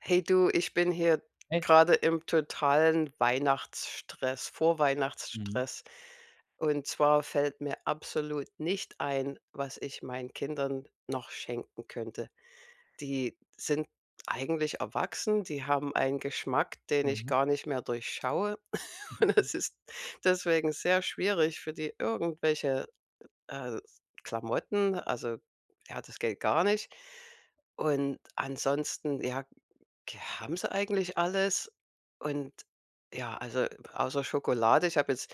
Hey du, ich bin hier Echt? gerade im totalen Weihnachtsstress, Mhm, Vorweihnachtsstress. Und zwar fällt mir absolut nicht ein, was ich meinen Kindern noch schenken könnte. Die sind eigentlich erwachsen, die haben einen Geschmack, den ich mhm, gar nicht mehr durchschaue. Und es ist deswegen sehr schwierig für die irgendwelche äh, Klamotten. Also ja, das geht gar nicht. Und ansonsten, ja, K haben sie eigentlich alles und ja, also außer Schokolade. Ich habe jetzt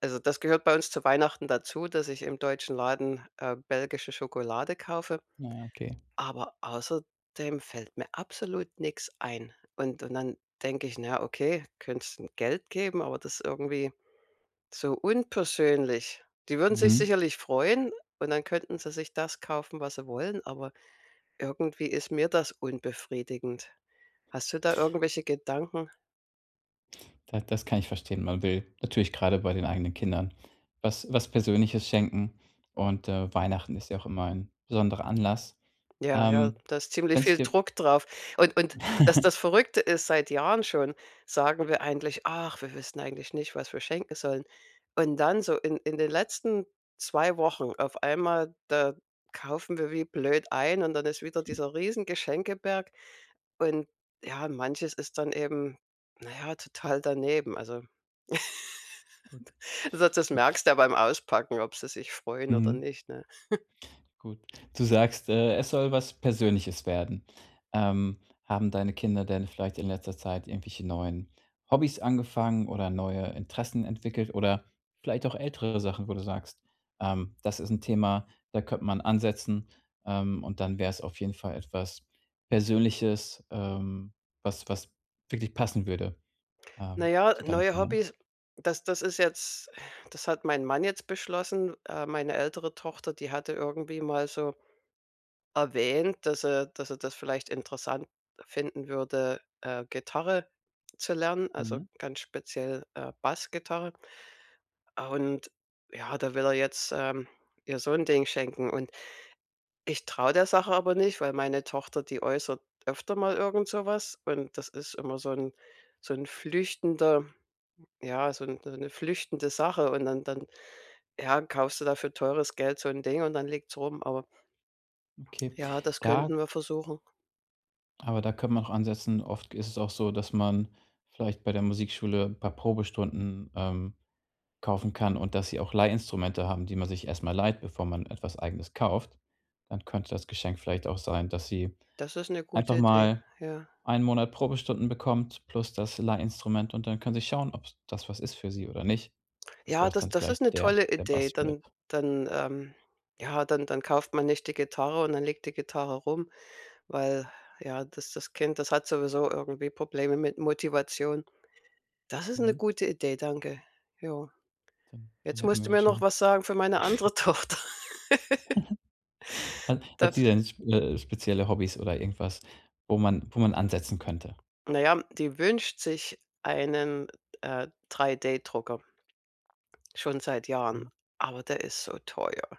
Also das gehört bei uns zu Weihnachten dazu, dass ich im deutschen Laden, belgische Schokolade kaufe, ja, okay. aber außerdem fällt mir absolut nichts ein. Und dann denke ich: „Na ja, okay, könntest 'n Geld geben, aber das ist irgendwie so unpersönlich.“ Die würden sich Mhm. sicherlich freuen und dann könnten sie sich das kaufen, was sie wollen, aber irgendwie ist mir das unbefriedigend. Hast du da irgendwelche Gedanken? Da das kann ich verstehen. Man will natürlich gerade bei den eigenen Kindern was Persönliches schenken und, Weihnachten ist ja auch immer ein besonderer Anlass. Ja, ja, Ähm, da ist ziemlich Wenn es viel dir Druck drauf. Und dass das Verrückte ist, seit Jahren schon sagen wir eigentlich: „Ach, wir wissen eigentlich nicht, was wir schenken sollen.“ Und dann so in den letzten 2 Wochen auf einmal, da kaufen wir wie blöd ein und dann ist wieder dieser riesen Geschenkeberg. Und ja, manches ist dann eben, na ja, total daneben. Also, gut. das merkst du ja beim Auspacken, ob sie sich freuen oder Mhm. nicht, ne? Gut. Du sagst, es soll was Persönliches werden. Haben deine Kinder denn vielleicht in letzter Zeit irgendwelche neuen Hobbys angefangen oder neue Interessen entwickelt oder vielleicht auch ältere Sachen, wo du sagst, das ist ein Thema, da könnte man ansetzen, und dann wäre es auf jeden Fall etwas Persönliches, was wirklich passen würde, Na ja, zu deinen neue Kindern? Hobbys, das das ist jetzt das hat mein Mann jetzt beschlossen. Meine ältere Tochter, die hatte irgendwie mal so erwähnt, dass er das vielleicht interessant finden würde, Gitarre zu lernen, also Mhm, ganz speziell, Bassgitarre. Und ja, da will er jetzt, ihr so ein Ding schenken. Und ich traue der Sache aber nicht, weil meine Tochter, die äußert öfter mal irgend so was und das ist immer so ein flüchtender ja, so 'ne flüchtende Sache und dann, ja, kaufst du da für teures Geld so 'n Ding und dann liegt's rum, aber okay. ja, das Da könnten wir versuchen. Aber da könnte man auch ansetzen. Oft ist es auch so, dass man vielleicht bei der Musikschule 'n paar Probestunden, kaufen kann und dass sie auch Leihinstrumente haben, die man sich erst mal leiht, bevor man etwas Eigenes kauft. Dann könnte das Geschenk vielleicht auch sein, dass sie Das ist 'ne gute einfach Idee, mal ja. einen Monat Probestunden bekommt plus das Leihinstrument und dann können sie schauen, ob das was ist für sie oder nicht, bevor Ja, es das dann das gleich ist 'ne der tolle der Idee. Bass wird. Dann ja, dann kauft man nicht die Gitarre und dann liegt die Gitarre rum, weil, ja, das Kind, das hat sowieso irgendwie Probleme mit Motivation. Das ist 'ne Mhm. gute Idee, danke. Ja. Dann Jetzt hätten musst wir du ja mir noch schon was sagen für meine andere Tochter. Hat Da hat sie denn sp spezielle Hobbys oder irgendwas, wo man ansetzen könnte? Na ja, die wünscht sich einen, 3D-Drucker, schon seit Jahren, Mhm, aber der ist so teuer.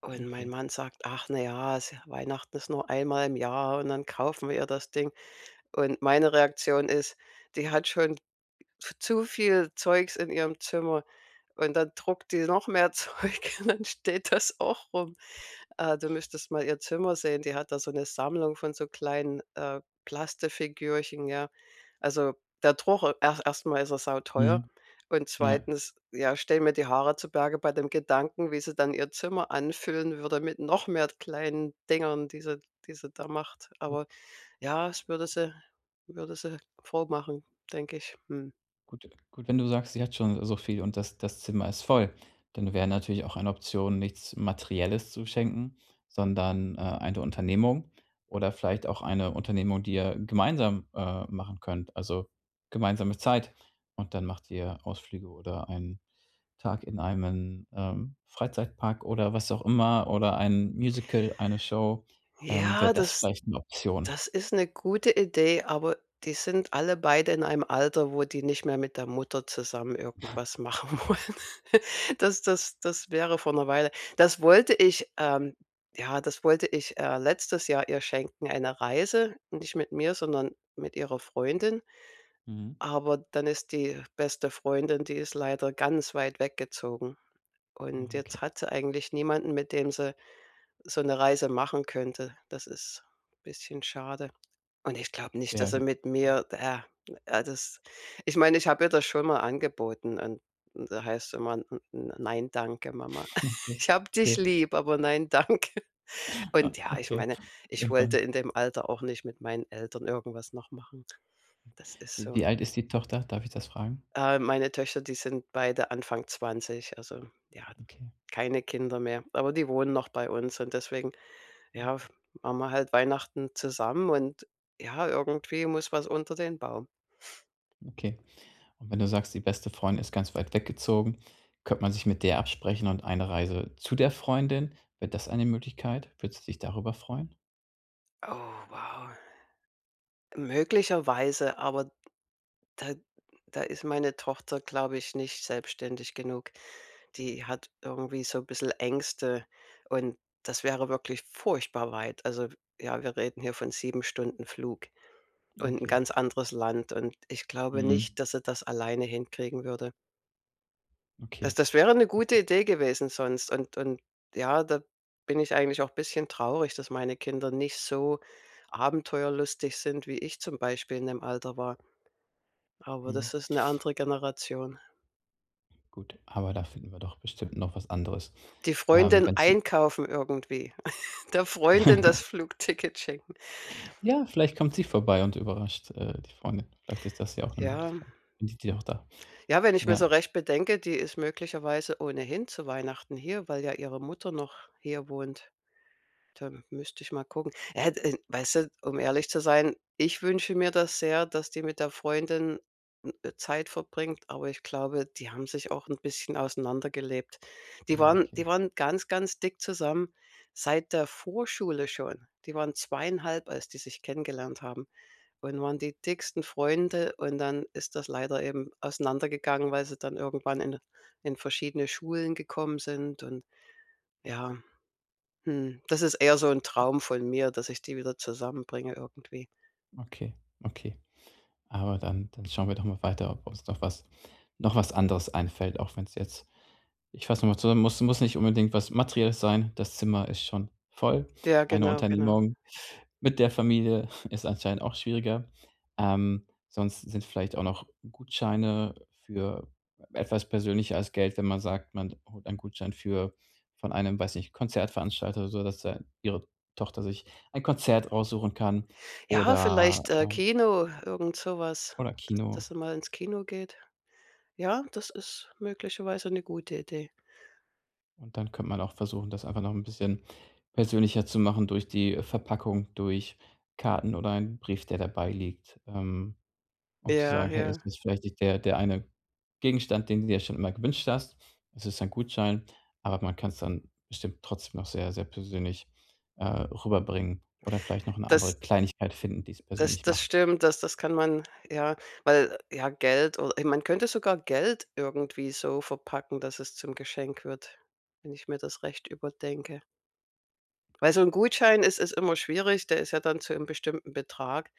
Und mein okay. Mann sagt: „Ach, na ja, ja Weihnachten ist nur einmal im Jahr und dann kaufen wir ihr das Ding.“ Und meine Reaktion ist, die hat schon zu viel Zeugs in ihrem Zimmer und dann druckt die noch mehr Zeug und dann steht das auch rum. Du müsstest mal ihr Zimmer sehen. Die hat da so eine Sammlung von so kleinen, Plastikfigürchen, ja. Also, der Druck erst mal ist er sauteuer Mhm, und ja. zweitens, ja, stellen mir die Haare zu Berge bei dem Gedanken, wie sie dann ihr Zimmer anfüllen würde mit noch mehr kleinen Dingern, die sie da macht. Aber ja, es würde sie froh machen, denke ich. Mhm. Gut gut, wenn du sagst, sie hat schon so viel und das Zimmer ist voll, dann wäre natürlich auch eine Option, nichts Materielles zu schenken, sondern, eine Unternehmung oder vielleicht auch eine Unternehmung, die ihr gemeinsam, machen könnt, also gemeinsame Zeit. Und dann macht ihr Ausflüge oder einen Tag in einem, Freizeitpark oder was auch immer oder ein Musical, eine Show. Wäre Ja, das vielleicht eine Option? das ist eine gute Idee, aber die sind alle beide in einem Alter, wo die nicht mehr mit der Mutter zusammen irgendwas machen wollen. Das wäre vor einer Weile, das wollte ich, ja, das wollte ich, letztes Jahr ihr schenken, eine Reise, nicht mit mir, sondern mit ihrer Freundin. Mhm. Aber dann ist die beste Freundin, die ist leider ganz weit weggezogen. Ja, Und okay. jetzt hat sie eigentlich niemanden, mit dem sie so eine Reise machen könnte. Das ist ein bisschen schade. Und ich glaube nicht, Ja, dass er mit mir da ja, das ich meine, ich habe ihr das schon mal angeboten und da heißt immer: „N n nein, danke, Mama. okay. Ich habe dich Okay. lieb, aber nein, danke.“ Und ja, ich okay. meine, ich wollte Irgendwann in dem Alter auch nicht mit meinen Eltern irgendwas noch machen. Das ist Wie so. wie alt ist die Tochter? Darf ich das fragen? Meine Töchter, die sind beide Anfang 20, also, ja, Okay, keine Kinder mehr, aber die wohnen noch bei uns und deswegen, ja, f machen wir halt Weihnachten zusammen und ja, irgendwie muss was unter den Baum. okay. Und wenn du sagst, die beste Freundin ist ganz weit weggezogen, könnte man sich mit der absprechen und eine Reise zu der Freundin? Wäre das eine Möglichkeit? Würdest du dich darüber freuen? Oh, wow. Möglicherweise, aber da da ist meine Tochter, glaube ich, nicht selbstständig genug. Die hat irgendwie so 'n bisschen Ängste und das wäre wirklich furchtbar weit. Also, ja, wir reden hier von 7 Stunden Flug und ein Okay. ganz anderes Land und ich glaube Mhm. nicht, dass sie das alleine hinkriegen würde. Das Okay. das wäre eine gute Idee gewesen sonst und ja, da bin ich eigentlich auch ein bisschen traurig, dass meine Kinder nicht so abenteuerlustig sind, wie ich zum Beispiel in dem Alter war. Aber Mhm. das ist eine andere Generation. Gut, aber da finden wir doch bestimmt noch was anderes. Die Freundin Wenn's einkaufen irgendwie, der Freundin das Flugticket schenken. ja, vielleicht kommt sie vorbei und überrascht, die Freundin. Vielleicht ist das ja auch eine Ja. Möglichkeit. Vielleicht die auch da. Ja, wenn ich mir Ja. so recht bedenke, die ist möglicherweise ohnehin zu Weihnachten hier, weil ja ihre Mutter noch hier wohnt. Da müsste ich mal gucken. Weißt du, um ehrlich zu sein, ich wünsche mir das sehr, dass die mit der Freundin Zeit verbringt, aber ich glaube, die haben sich auch ein bisschen auseinandergelebt. Die Ja, waren die okay, waren ganz, ganz dick zusammen seit der Vorschule schon. Die waren zweieinhalb, als die sich kennengelernt haben und waren die dicksten Freunde und dann ist das leider eben auseinandergegangen, weil sie dann irgendwann in verschiedene Schulen gekommen sind und ja. Das ist eher so 'n Traum von mir, dass ich die wieder zusammenbringe irgendwie. okay, okay. Aber dann schauen wir doch mal weiter, ob uns noch was anderes einfällt, auch wenn es jetzt ich fasse noch mal zusammen, muss nicht unbedingt was Materielles sein. Das Zimmer ist schon voll. Ja, Eine genau, genau. Unternehmung mit der Familie ist anscheinend auch schwieriger. Sonst sind vielleicht auch noch Gutscheine für etwas persönlicher als Geld, wenn man sagt, man holt einen Gutschein für von einem, weiß nicht, Konzertveranstalter oder so, dass da ihre Tochter sich ein Konzert raussuchen kann Ja, oder, vielleicht, ähm Kino, irgend so was, oder dass Kino. dass er mal ins Kino geht. Ja, das ist möglicherweise 'ne gute Idee. Und dann könnte man auch versuchen, das einfach noch ein bisschen persönlicher zu machen durch die Verpackung, durch Karten oder einen Brief, der dabei liegt, um zu Ja, sagen: „Hey, es ja. ist vielleicht nicht der eine Gegenstand, den du dir schon immer gewünscht hast. Es ist ein Gutschein“, aber man kann es dann bestimmt trotzdem noch sehr, sehr persönlich, rüberbringen oder vielleicht noch eine andere Das Kleinigkeit finden, die es das persönlich das macht. stimmt, das kann man ja, weil ja, Geld oder man könnte sogar Geld irgendwie so verpacken, dass es zum Geschenk wird, wenn ich mir das recht überdenke. Weil so 'n Gutschein ist immer schwierig, der ist ja dann zu 'nem bestimmten Betrag.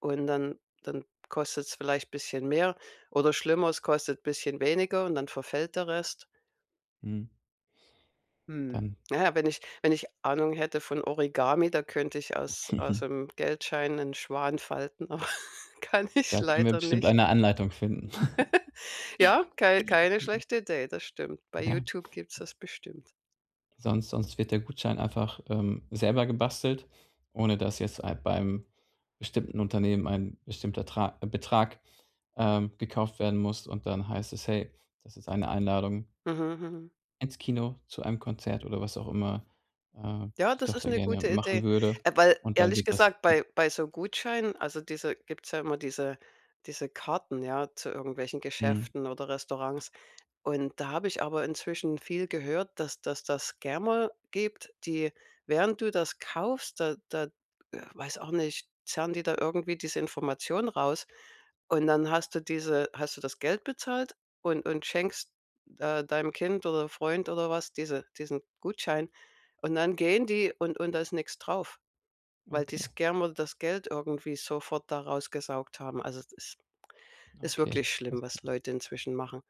Und dann kostet es vielleicht ein bisschen mehr oder schlimmer, es kostet ein bisschen weniger und dann verfällt der Rest. Mhm, Hm, dann na ja, wenn ich Ahnung hätte von Origami, da könnte ich aus 'm Geldschein einen Schwan falten, aber kann ich da können wir leider bestimmt nicht. eine Anleitung finden. Ja, keine schlechte Idee, das stimmt. Bei Ja. YouTube gibt's das bestimmt. Sonst wird der Gutschein einfach, selber gebastelt, ohne dass jetzt ein beim bestimmten Unternehmen ein bestimmter Tra Betrag, gekauft werden muss und dann heißt es: „Hey, das ist eine Einladung Mhm, mhm. ins Kino, zu einem Konzert“ oder was auch immer, äh, Ja, die das ist Tochter eine gerne gute Idee. machen würde. Weil Und dann ehrlich wird das gesagt, ge bei so Gutscheinen also diese gibt's ja immer diese Karten, ja, zu irgendwelchen mhm, Geschäften oder Restaurants. Und da habe ich aber inzwischen viel gehört, dass das Scammer gibt, die während du das kaufst, da, weiß auch nicht, zerren die da irgendwie diese Information raus. Und dann hast du das Geld bezahlt und schenkst, deinem Kind oder Freund oder was diesen Gutschein. Und dann gehen die und da ist nix drauf, weil die okay, Scammer das Geld irgendwie sofort da rausgesaugt haben. Also, es ist okay, wirklich das schlimm, was Leute inzwischen machen.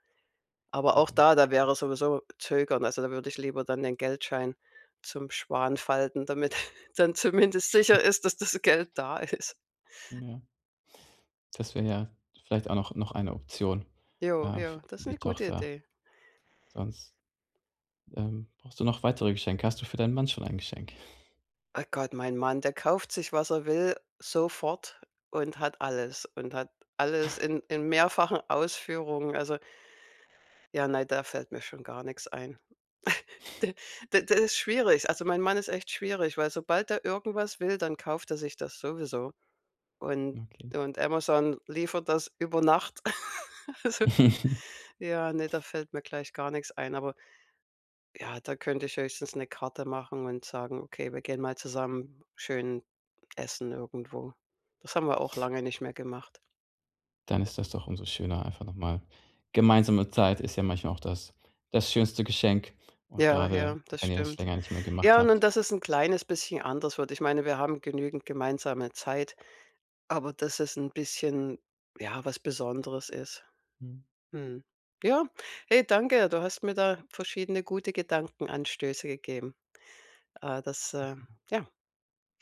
Aber auch da definitiv, da wäre sowieso zögern. Also, da würde ich lieber dann den Geldschein zum Schwan falten, damit dann zumindest sicher ist, dass das Geld da ist. ja. Das wäre ja vielleicht auch noch eine Option, Jo, f jo, das für ist eine die gute Tochter. Idee. Sonst brauchst du noch weitere Geschenke? Hast du für deinen Mann schon ein Geschenk? Oh Gott, mein Mann, der kauft sich, was er will, sofort und hat alles in mehrfachen Ausführungen. Also, ja, nein, da fällt mir schon gar nichts ein. D d das ist schwierig. Also, mein Mann ist echt schwierig, weil sobald er irgendwas will, dann kauft er sich das sowieso. Und Okay. und Amazon liefert das über Nacht. Also, ja, ne, da fällt mir gleich gar nichts ein. Aber ja, da könnte ich höchstens eine Karte machen und sagen: „Okay, wir gehen mal zusammen schön essen irgendwo.“ Das haben wir auch lange nicht mehr gemacht. Dann ist das doch umso schöner, einfach nochmal gemeinsame Zeit ist ja manchmal auch das das schönste Geschenk und Ja, gerade ja, das wenn ihr das schon stimmt. länger nicht mehr gemacht Ja, und habt. das ist ein kleines bisschen anders wird. Ich meine, wir haben genügend gemeinsame Zeit. Aber dass es ein bisschen, ja, was Besonderes ist. Mhm. Mhm. Ja, hey, danke. Du hast mir da verschiedene gute Gedankenanstöße gegeben. Ah, das, ja,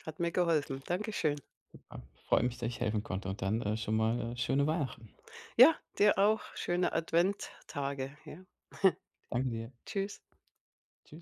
hat mir geholfen. Dankeschön. Ja, freut mich, dass ich helfen konnte und dann, schon mal, schöne Weihnachten. Ja, dir auch schöne Adventtage, ja. Danke dir. Tschüss. Tschüss.